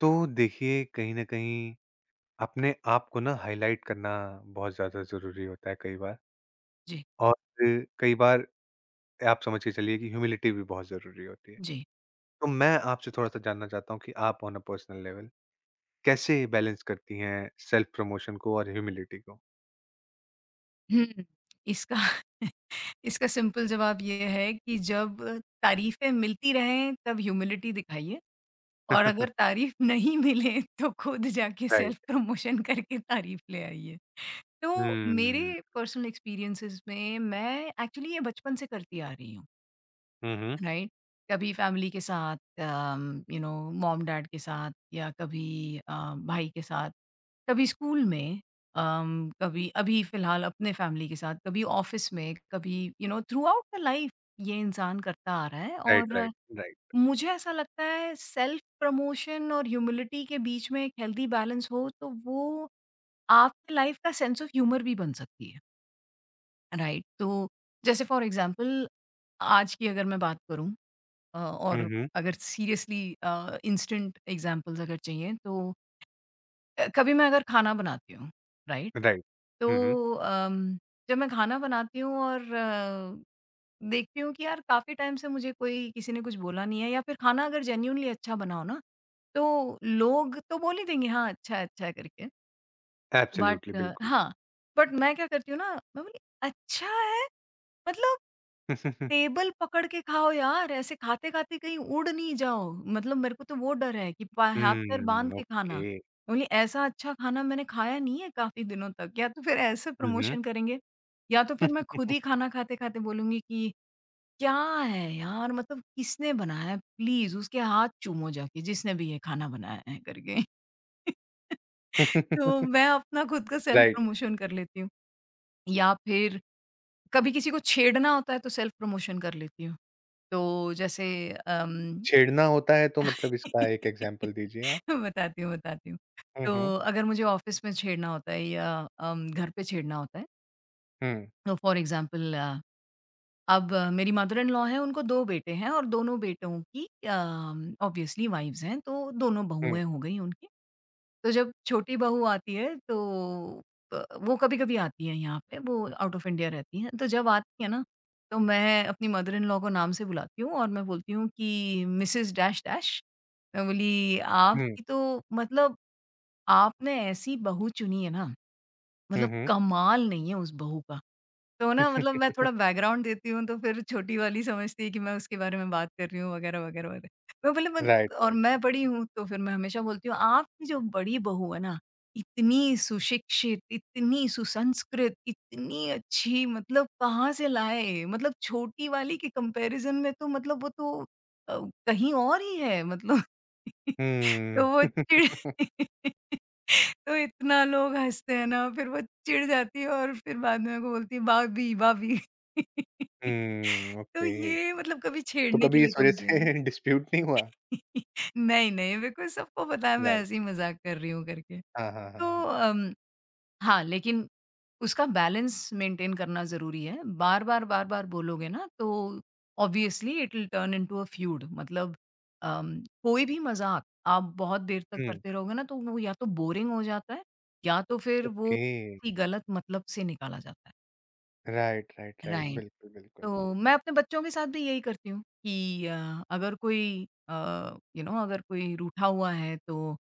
तो देखिए कहीं न कहीं अपने आप को ना हाइलाइट करना बहुत ज़्यादा ज़रूरी होता है कई बार। जी, और कई बार आप समझ के चलिए कि ह्यूमिलिटी भी बहुत ज़रूरी होती है। जी। तो मैं आपसे थोड़ा-सा जानना चाहता हूँ कि आप ऑन अ पर्सनल लेवल कैसे बैलेंस करती हैं सेल्फ प्रमोशन को और ह्यूमिलिटी को? हुँ, इसका इसका सिंपल जवाब ये है कि जब तारीफ़ें मिलती रहें तब ह्यूमिलिटी दिखाइए और अगर तारीफ़ नहीं मिले तो खुद जाके राइट। सेल्फ प्रमोशन करके तारीफ़ ले आइए। तो हुँ। मेरे पर्सनल एक्सपीरियंसेस में मैं एक्चुअली ये बचपन से करती आ रही हूँ। हुँ, हुँ। राइट। कभी फैमिली के साथ, यू नो मॉम डैड के साथ, या कभी भाई के साथ, कभी स्कूल में, कभी अभी फिलहाल अपने फैमिली के साथ, कभी ऑफिस में, कभी थ्रू आउट द लाइफ ये इंसान करता आ रहा है। राइट, और राइट, राइट। मुझे ऐसा लगता है सेल्फ प्रमोशन और ह्यूमिलिटी के बीच में एक हेल्दी बैलेंस हो तो वो आपके लाइफ का सेंस ऑफ ह्यूमर भी बन सकती है। राइट, तो जैसे फॉर एग्जांपल आज की अगर मैं बात करूं। हुँ, और हुँ। अगर सीरियसली इंस्टेंट एग्ज़ाम्पल्स अगर चाहिए तो, कभी मैं अगर खाना बनाती हूँ, राइट? राइट। हुँ, हुँ। तो जब मैं खाना बनाती हूँ और देखती हूँ कि यार काफ़ी टाइम से मुझे कोई किसी ने कुछ बोला नहीं है, या फिर खाना अगर जेन्युइनली अच्छा बना हो ना, तो लोग तो बोल ही देंगे हाँ, अच्छा है करके। बट एब्सोल्युटली, बिल्कुल। हाँ, बट मैं क्या करती हूँ ना, मैं बोली अच्छा है, मतलब टेबल पकड़ के खाओ यार, ऐसे खाते-खाते कहीं उड़ नहीं जाओ। मतलब मेरे को तो वो डर है कि पा हाथ पैर बाँध हुँ, के खाना। मैं ओके। बोली ऐसा अच्छा खाना मैंने खाया नहीं है काफ़ी दिनों तक, या तो फिर ऐसे हुँ, हुँ। प्रमोशन करेंगे, या तो फिर मैं खुद ही खाना खाते-खाते बोलूँगी कि क्या है यार, मतलब किसने बनाया है? प्लीज़ उसके हाथ चूमो जाके जिसने भी ये खाना बनाया है करके। तो मैं अपना खुद का सेल्फ राइट। प्रमोशन कर लेती हूँ, या फिर कभी किसी को छेड़ना होता है तो सेल्फ प्रमोशन कर लेती हूँ। तो जैसे अम, छेड़ना होता है तो मतलब इसका एक एग्ज़ाम्पल दीजिए आप? बताती हूँ, बताती हूँ। हुँ, हुँ। तो अगर मुझे ऑफ़िस में छेड़ना होता है या घर पे छेड़ना होता है हुँ, तो फॉर एग्ज़ाम्पल अब मेरी मदर इन लॉ है, उनको 2 बेटे हैं और दोनों बेटों की ऑब्वियसली वाइव्स हैं, तो दोनों हुँ, बहुएँ हो गई उनकी। तो जब छोटी बहू आती है तो वो कभी-कभी आती है यहाँ पे, वो आउट ऑफ इंडिया रहती हैं। तो जब आती है ना, तो मैं अपनी मदर इन लॉ को नाम से बुलाती हूँ और मैं बोलती हूँ कि मिसेज़ डैश डैश, मैं बोली हुँ, आपकी तो मतलब आपने ऐसी बहू चुनी है ना, हुँ, मतलब हुँ। कमाल नहीं है उस बहू का। तो ना मतलब मैं थोड़ा बैकग्राउंड देती हूँ तो फिर छोटी वाली समझती है कि मैं उसके बारे में बात कर रही हूँ वगैरह वगैरह वगैरह। मैं बोले राइट, और राइट। मैं बड़ी हूँ तो फिर मैं हमेशा बोलती हूँ आपकी जो बड़ी बहू है ना, इतनी सुशिक्षित इतनी सुसंस्कृत इतनी अच्छी मतलब कहाँ से लाए, मतलब छोटी वाली के कंपैरिजन में तो मतलब वो तो अ, कहीं और ही है मतलब। हुँ। तो हुँ, वो चिढ़ तो इतना लोग हंसते हैं ना फिर वो चिढ़ जाती है और फिर बाद में मेरे को बोलती है भाभी भाभी। तो ओके। ये मतलब कभी तो छेड़ने के कभी लिए इस वज़ह कम किया है। से डिस्प्यूट नहीं हुआ? नहीं, नहीं मेरे को सबको पता है मैं राइट। ऐसे ही मज़ाक कर रही हूँ करके। हाँ, हाँ, हाँ, तो हाँ। हाँ, लेकिन उसका बैलेंस मेंटेन करना ज़रूरी है। बार-बार, बार-बार बोलोगे ना तो obviously it will turn into a feud, मतलब कोई भी मज़ाक आप बहुत देर तक हुँ, करते रहोगे ना तो वो या तो बोरिंग हो जाता है, या तो फिर वो ओके। किसी गलत मतलब से निकाला जाता है। Right, right, right. राइट। बिल्कुल, बिल्कुल। तो मैं अपने बच्चों के साथ भी यही करती हूँ कि अगर कोई अगर कोई रूठा हुआ है तो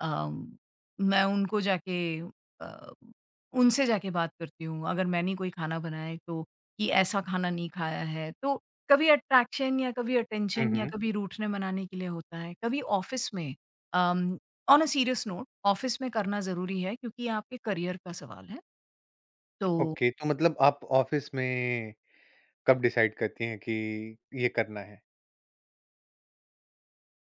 अम, मैं उनको जाके अ, उनसे जाके बात करती हूँ। अगर मैंने कोई खाना बनाया है तो कि ऐसा खाना नहीं खाया है। तो कभी अट्रैक्शन या कभी हुँ, अटेंशन या हुँ। कभी रूठने-मनाने के लिए होता है। कभी ऑफ़िस में um, on a serious note office में करना ज़रूरी है क्योंकि ये आपके करियर का सवाल है। तो ओके, तो मतलब आप ऑफ़िस में कब डिसाइड करती हैं कि ये करना है?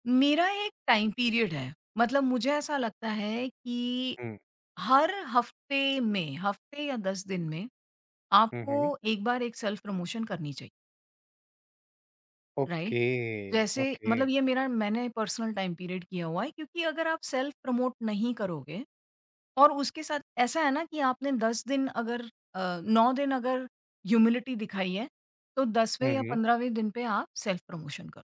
मेरा एक टाइम पीरियड है। मतलब मुझे ऐसा लगता है कि हुँ, हर हफ्ते में, हफ्ते या 10 दिन में, हुँ, हुँ। आपको एक बार एक सेल्फ प्रमोशन करनी चाहिए, राइट? ओके, जैसे ओके। मतलब ये मेरा मैंने पर्सनल टाइम पीरियड किया हुआ है क्योंकि अगर आप सेल्फ प्रमोट नहीं करोगे, और उसके साथ ऐसा है ना कि आपने 10 दिन अगर 9 दिन अगर ह्यूमिलिटी दिखाई है, तो 10वें हुँ, या हुँ। 15वें दिन पे आप सेल्फ प्रमोशन करो।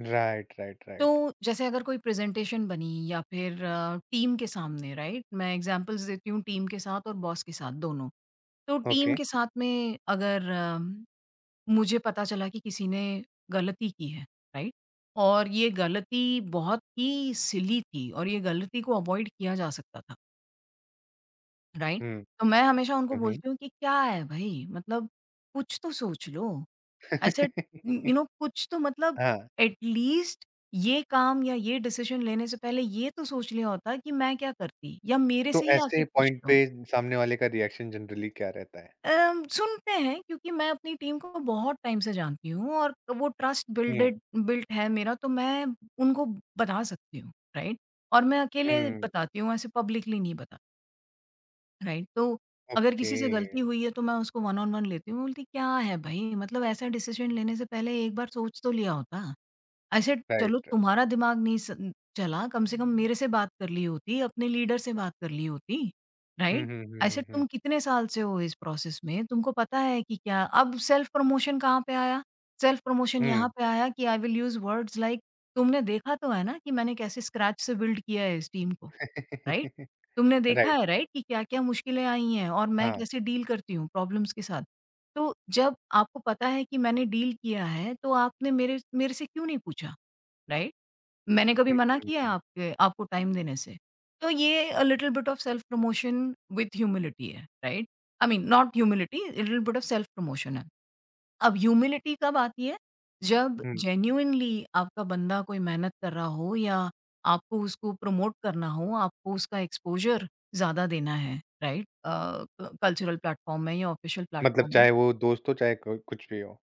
राइट, राइट, तो राइट। जैसे अगर कोई प्रेजेंटेशन बनी या फिर टीम के सामने, राइट? मैं एग्ज़ाम्पल्स देती हूँ टीम के साथ और बॉस के साथ दोनों। तो टीम ओके। के साथ में अगर मुझे पता चला कि किसी ने गलती की है, राइट? और ये गलती बहुत ही सिली थी और ये गलती को अवॉइड किया जा सकता था, राइट? हुँ, तो मैं हमेशा उनको हुँ, हुँ। बोलती हूँ कि क्या है भई, मतलब कुछ तो सोच लो। आई सेड यू नो कुछ तो मतलब हाँ, एटलीस्ट ये काम या ये डिसीजन लेने से पहले ये तो सोच लिया होता कि मैं क्या करती, या मेरे तो से ही ऐसे आके पूछ पॉइंट पे लो। सामने वाले का रिएक्शन जनरली क्या रहता है? सुनते हैं क्योंकि मैं अपनी टीम को बहुत टाइम से जानती हूँ और वो ट्रस्ट हुँ, बिल्डेड बिल्ट है मेरा, तो मैं उनको बता सकती हूँ, राइट। और मैं अकेले हुँ, बताती हूँ, ऐसे पब्लिकली नहीं बता, राइट। तो अगर ओके, किसी से गलती हुई है तो मैं उसको वन ऑन वन लेती हूँ, बोलती क्या है भाई, मतलब ऐसा डिसीजन लेने से पहले एक बार सोच तो लिया होता, ऐसे चलो राइट। तुम्हारा दिमाग नहीं स चला, कम से कम मेरे से बात कर ली होती, अपने लीडर से बात कर ली होती, हुँ, राइट? हुँ, हुँ, ऐसे हुँ, हुँ, तुम कितने साल से हो इस प्रोसेस में, तुमको पता है कि क्या, अब सेल्फ प्रमोशन कहाँ पे आया? सेल्फ प्रमोशन यहाँ हुँ। पे आया कि I will use words like तुमने देखा तो है ना कि मैंने कैसे स्क्रैच से बिल्ड किया है इस टीम को, राइट? तुमने देखा राइट, है राइट कि क्या-क्या मुश्किलें आई हैं और मैं हाँ, कैसे डील करती हूँ प्रॉब्लम्स के साथ। तो जब आपको पता है कि मैंने डील किया है, तो आपने मेरे मेरे से क्यों नहीं पूछा? राइट? मैंने कभी हुँ, मना किया है हुँ, आपके आपको टाइम देने से? तो ये little bit of self promotion with humility है, right? I mean not humility, little bit of self promotion है। अब ह्यूमिलिटी कब आती है? जब हुँ, जेन्युइनली आपका बंदा कोई मेहनत कर रहा हो, या आपको उसको प्रमोट करना हो, आपको उसका एक्सपोज़र ज़्यादा देना है, राइट? अ, क कल्चरल प्लेटफ़ॉर्म में या ऑफ़िशियल मतलब प्लेटफ़ॉर्म में। चाहे वो दोस्त हो, चाहे कोई कुछ भी हो।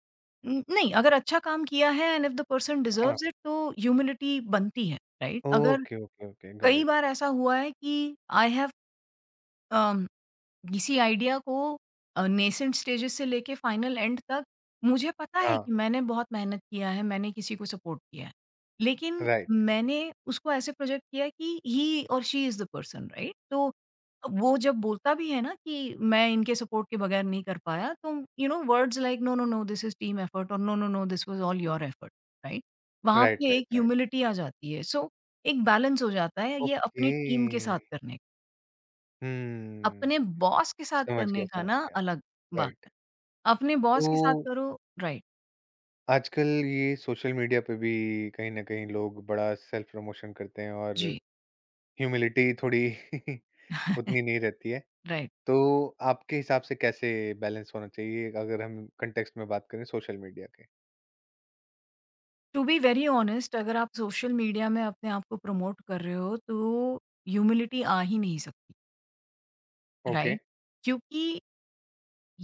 नहीं, अगर अच्छा काम किया है एंड इफ द पर्सन हाँ, डिज़र्व्स इट, तो ह्यूमिलिटी बनती है, राइट? अगर ओके, ओके, ओके, गॉट कई इट। बार ऐसा हुआ है कि आई हैव अम, इसी आइडिया को नेसेंट स्टेजेस से लेके फाइनल एंड तक मुझे पता है हाँ, कि मैंने बहुत मेहनत किया है, मैंने किसी को सपोर्ट किया है। लेकिन राइट, मैंने उसको ऐसे प्रोजेक्ट किया कि ही और she is the person, right? तो वो जब बोलता भी है ना कि मैं इनके सपोर्ट के बगैर नहीं कर पाया, तो words like no, no, no this is team effort और no, no, no this was all your effort, right? वहाँ राइट, पे राइट, एक राइट, ह्यूमिलिटी आ जाती है। सो एक बैलेंस हो जाता है। ये ओके। अपनी टीम के साथ करने, हुँ, अपने बॉस के साथ करने का समझ ना गया, अलग बात राइट। है। अपने बॉस के साथ तो करो, राइट। आजकल ये सोशल मीडिया पे भी कहीं न कहीं लोग बड़ा सेल्फ प्रमोशन करते हैं और जी। ह्यूमिलिटी थोड़ी उतनी नहीं रहती है। राइट। तो आपके हिसाब से कैसे बैलेंस होना चाहिए अगर हम कॉन्टेक्स्ट में बात करें सोशल मीडिया के? टू बी वेरी ऑनेस्ट अगर आप सोशल मीडिया में अपने आप को प्रमोट कर रहे हो तो ह्यूमिलिटी आ ही नहीं सकती, ओके। राइट? क्योंकि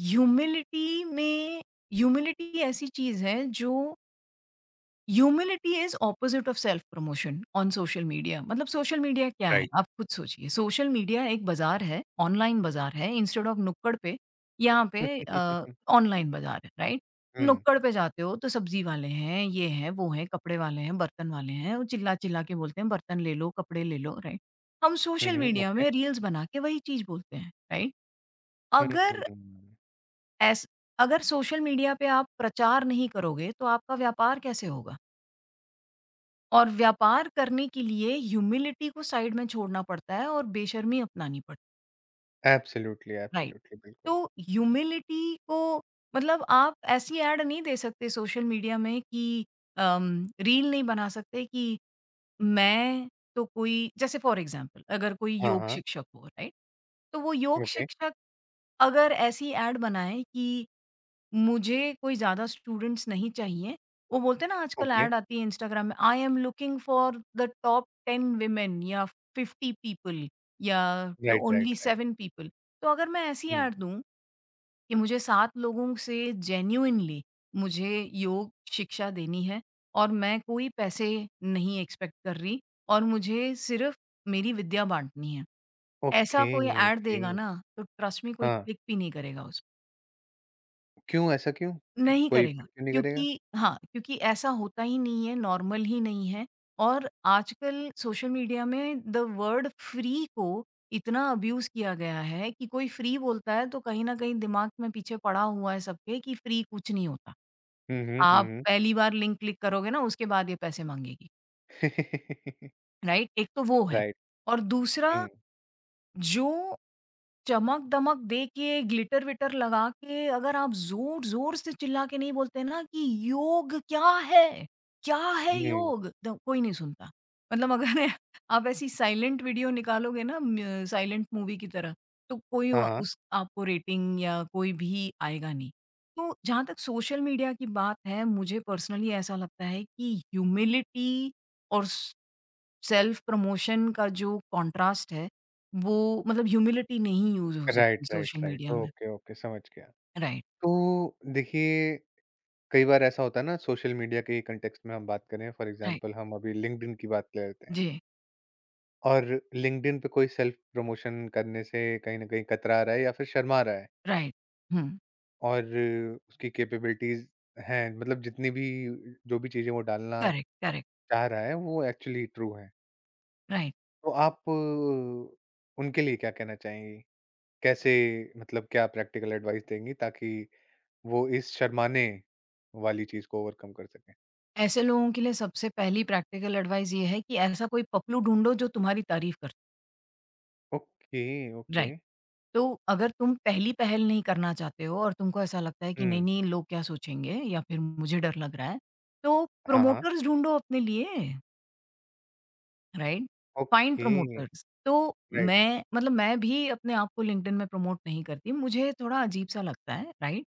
ह्यूमिलिटी में ह्यूमिलिटी ऐसी चीज़ है जो humility is opposite of self promotion on social media. मतलब, सोशल मीडिया क्या है, राइट। आप खुद सोचिए। सोशल मीडिया एक बाजार है, ऑनलाइन बाजार है। इंस्टेड ऑफ नुक्कड़ पे, यहाँ पे ऑनलाइन बाजार है, राइट। हुँ। नुक्कड़ पे जाते हो तो सब्जी वाले हैं, ये हैं वो हैं, कपड़े वाले हैं, बर्तन वाले हैं। वो चिल्ला चिल्ला के बोलते हैं, बर्तन ले लो, कपड़े ले लो, राइट। हम hmm, social hmm, media okay. में रील्स बना के वही चीज बोलते हैं, राइट। अगर हुँ। ऐस अगर सोशल मीडिया पे आप प्रचार नहीं करोगे तो आपका व्यापार कैसे होगा। और व्यापार करने के लिए ह्यूमिलिटी को साइड में छोड़ना पड़ता है और बेशर्मी अपनानी पड़ती एब्सोल्युटली, है, राइट। एब्सोल्युटली, बिल्कुल। तो ह्यूमिलिटी को मतलब, आप ऐसी ऐड नहीं दे सकते सोशल मीडिया में कि, रील नहीं बना सकते कि मैं तो कोई, जैसे फॉर एग्जांपल, अगर कोई हाँ, योग हाँ। शिक्षक हो, राइट। तो वो योग ओके, शिक्षक अगर ऐसी ऐड बनाए कि मुझे कोई ज़्यादा स्टूडेंट्स नहीं चाहिए। वो बोलते हैं ना, आजकल ओके। ऐड आती है इंस्टाग्राम में, I am looking for the top 10 women या 50 पीपल या right, right, only right. 7 people. तो अगर मैं ऐसी हुँ। ऐड दूँ कि मुझे 7 लोगों से जेन्युइनली मुझे योग शिक्षा देनी है और मैं कोई पैसे नहीं एक्सपेक्ट कर रही और मुझे सिर्फ़ मेरी विद्या बाँटनी है। ऐसा ओके, कोई ऐड ओके। देगा ना तो ट्रस्ट मी, कोई हाँ, क्लिक भी नहीं करेगा उस। क्यों ऐसा क्यों? क नहीं कोई करेगा, इफ़ेक्ट क्यों नहीं करेगा? क्योंकि हाँ, क्योंकि ऐसा होता ही नहीं है, नॉर्मल ही नहीं है। और आजकल सोशल मीडिया में द वर्ड फ्री को इतना अब्यूज़ किया गया है कि कोई फ्री बोलता है तो कहीं न कहीं दिमाग में पीछे पड़ा हुआ है सबके कि फ्री कुछ नहीं होता। हुँ, हुँ, हुँ, आप हुँ। पहली बार लिंक क्लिक करोगे ना, उसके बाद ये पैसे माँगेगी, राइट? एक तो वो है, राइट। और दूसरा, हुँ, जो चमक-दमक दे के, ग्लिटर-विटर लगा के, अगर आप ज़ोर-ज़ोर से चिल्ला के नहीं बोलते ना कि योग क्या है? क्या है हुँ। योग? तो कोई नहीं सुनता। मतलब, अगर आप ऐसी साइलेंट वीडियो निकालोगे ना, म्य साइलेंट मूवी की तरह, तो कोई हाँ, व हाँ। उस आपको रेटिंग या कोई भी आएगा नहीं। तो जहाँ तक सोशल मीडिया की बात है, मुझे पर्सनली ऐसा लगता है कि ह्यूमिलिटी और स सेल्फ प्रमोशन का जो कॉन्ट्रास्ट है, वो, मतलब, ह्यूमिलिटी नहीं यूज़ हो सकती right, right, social right. Media में। ओके, ओके, समझ गया। राइट, तो देखिए, कई बार ऐसा होता है ना, सोशल मीडिया के ही कॉन्टेक्स्ट में हम बात करें, फॉर राइट। एग्ज़ाम्पल हम अभी लिंक्डइन की बात ले लेते हैं। जी, और लिंक्डइन पे कोई सेल्फ प्रमोशन करने से कहीं न कहीं कतरा रहा है या फिर शर्मा रहा है राइट। हुँ, और उसकी कैपेबिलिटीज़ हैं, मतलब जितनी भी जो भी चीज़ें वो डालना करेक्ट, करेक्ट, चाह रहा है, वो एक्चुअली ट्रू हैं। राइट। तो आप उनके लिए क्या कहना चाहेंगी? कैसे, मतलब, क्या प्रैक्टिकल एडवाइस देंगी ताकि वो इस शर्माने वाली चीज को ओवरकम कर सकें? ऐसे लोगों के लिए सबसे पहली प्रैक्टिकल एडवाइस ये है कि ऐसा कोई पपलू ढूँढो जो तुम्हारी तारीफ़ कर ओके, ओके। राइट। तो अगर तुम पहली पहल नहीं करना चाहते हो और तुमको ऐसा लगता है कि हुँ, नहीं-नहीं, लोग क्या सोचेंगे, या फिर मुझे डर लग रहा है, तो हाँ, हाँ। प्रोमोटर्स ढूँढो अपने लिए। राइट? Find okay, promoters. तो राइट। मैं भी अपने आप को लिंक्डइन में प्रमोट नहीं करती, मुझे थोड़ा अजीब-सा लगता है, राइट?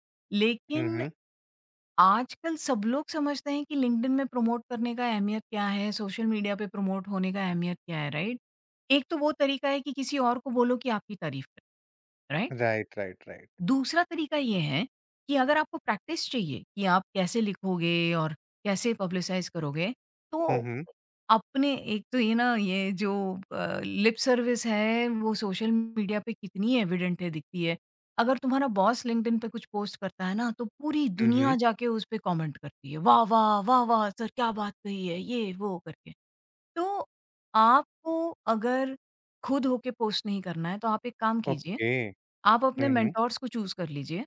हुँ, लेकिन हुँ। आजकल सब लोग समझते हैं कि लिंक्डइन में प्रमोट करने का अहमियत क्या है, सोशल मीडिया पे प्रमोट होने का अहमियत क्या है, राइट? एक तो वो तरीका है कि किसी और को बोलो कि आपकी तारीफ़ करे, राइट? Right, right, right. दूसरा तरीका ये है कि अगर आपको प्रैक्टिस चाहिए कि आप कैसे लिखोगे और कैसे पब्लिसाइज़ करोगे, हुँ, तो हुँ। अपने, एक तो ये ना, ये जो लिप सर्विस है, वो सोशल मीडिया पे कितनी एविडेंट है, दिखती है। अगर तुम्हारा बॉस लिंक्डइन पे कुछ पोस्ट करता है ना तो पूरी हुँ, हुँ। दुनिया जाके उस पे कमेंट करती है। वाह वाह! वाह वाह! सर, क्या बात कही है ये वो करके। तो आपको, अगर खुद होके पोस्ट नहीं करना है, तो आप एक काम कीजिए, ओके। आप अपने हुँ, हुँ। मेंटोर्स को चूज़ कर लीजिए।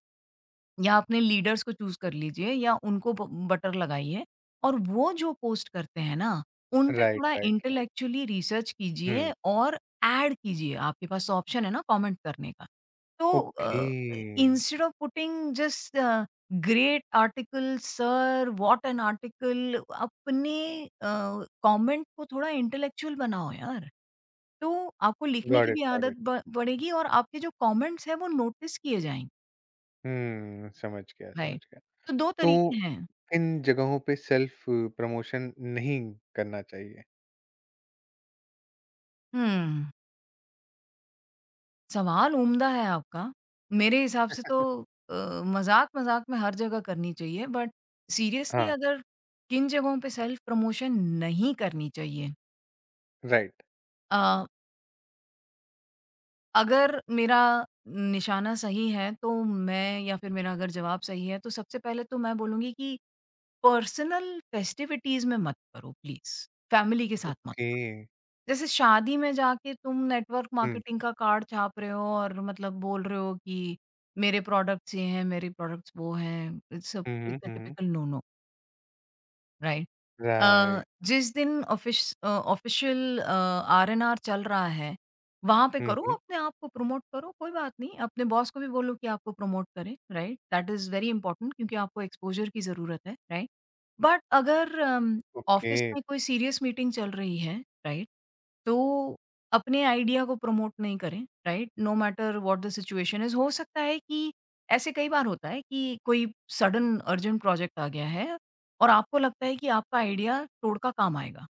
या अपने लीडर्स को चूज़ कर लीजिए, या उनको ब बटर लगाइए, और वो जो पोस्ट करते हैं ना, उन पे राइट, थोड़ा right, right. Intellectually research hmm, कीजिए और ऐड कीजिए, आपके पास ऑप्शन है ना कमेंट करने का। तो okay. Instead of putting just great article sir, what an article, अपने अ, कमेंट को थोड़ा इंटेलेक्चुअल बनाओ यार। तो आपको लिखने गॉट की इट, भी गॉट आदत इट। ब पड़ेगी और आपके जो कमेंट्स हैं वो नोटिस किए जाएँगे। हुँ, समझ गया, समझ राइट। गया। तो 2 तरीके तो हैं। इन जगहों पे सेल्फ प्रमोशन नहीं करना चाहिए। हुँ, सवाल उम्दा है आपका। मेरे हिसाब से तो अ, मज़ाक-मज़ाक में हर जगह करनी चाहिए, बट सीरियसली, हाँ, अगर किन जगहों पे सेल्फ प्रमोशन नहीं करनी चाहिए। राइट। अ, अगर मेरा निशाना सही है तो मैं, या फिर मेरा अगर जवाब सही है, तो सबसे पहले तो मैं बोलूँगी कि पर्सनल फेस्टिविटीज़ में मत करो प्लीज़, फैमिली के साथ मत ओके। करो। जैसे, शादी में जाके तुम नेटवर्क हुँ। मार्केटिंग का कार्ड छाप रहे हो और, मतलब, बोल रहे हो कि मेरे प्रोडक्ट्स ये हैं, मेरे प्रोडक्ट्स वो हैं, hmm, hmm, it's a hmm, hmm. Typical no no, right? Uh, right. जिस दिन ऑफिस ऑफिशियल आर-एन-आर चल रहा है, वहाँ पे हुँ, करो, हुँ। अपने आप को प्रमोट करो, कोई बात नहीं। अपने बॉस को भी बोलो कि आपको प्रमोट करें, right? That is very important, क्योंकि आपको एक्सपोज़र की ज़रूरत है, राइट? बट अगर ओके। ऑफिस में कोई सीरियस मीटिंग चल रही है, राइट? तो अपने आइडिया को प्रमोट नहीं करें, right? No matter what the situation is. हो सकता है कि, ऐसे कई बार होता है कि, कोई सडन अर्जेंट प्रोजेक्ट आ गया है और आपको लगता है कि आपका आइडिया टोड़ का काम आएगा।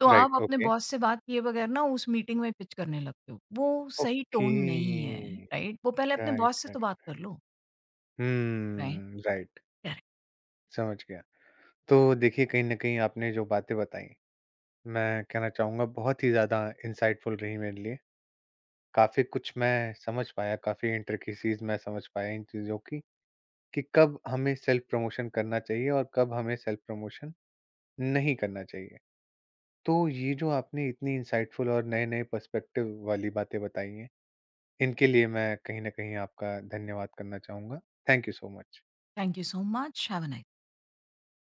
तो आप राइट, अपने ओके। बॉस से बात किए बगैर ना उस मीटिंग में पिच करने लगते हो। वो सही ओके। टोन नहीं है, राइट? वो पहले अपने राइट, बॉस से तो राइट। बात कर लो, राइट? Right, correct. समझ गया। तो देखिए, कहीं न कहीं आपने जो बातें बताई, मैं कहना चाहूँगा बहुत ही ज़्यादा इनसाइटफुल रही मेरे लिए। काफ़ी कुछ मैं समझ पाया, काफ़ी इंट्रिकेसीज़ मैं समझ पाया इन चीज़ों की, कि कब हमें सेल्फ प्रमोशन करना चाहिए और कब हमें सेल्फ प्रमोशन नहीं करना चाहिए। तो ये जो आपने इतनी इनसाइटफुल और नए-नए पर्सपेक्टिव वाली बातें बताई हैं, इनके लिए मैं कहीं न कहीं आपका धन्यवाद करना चाहूँगा। Thank you so much. Thank you so much, have a nice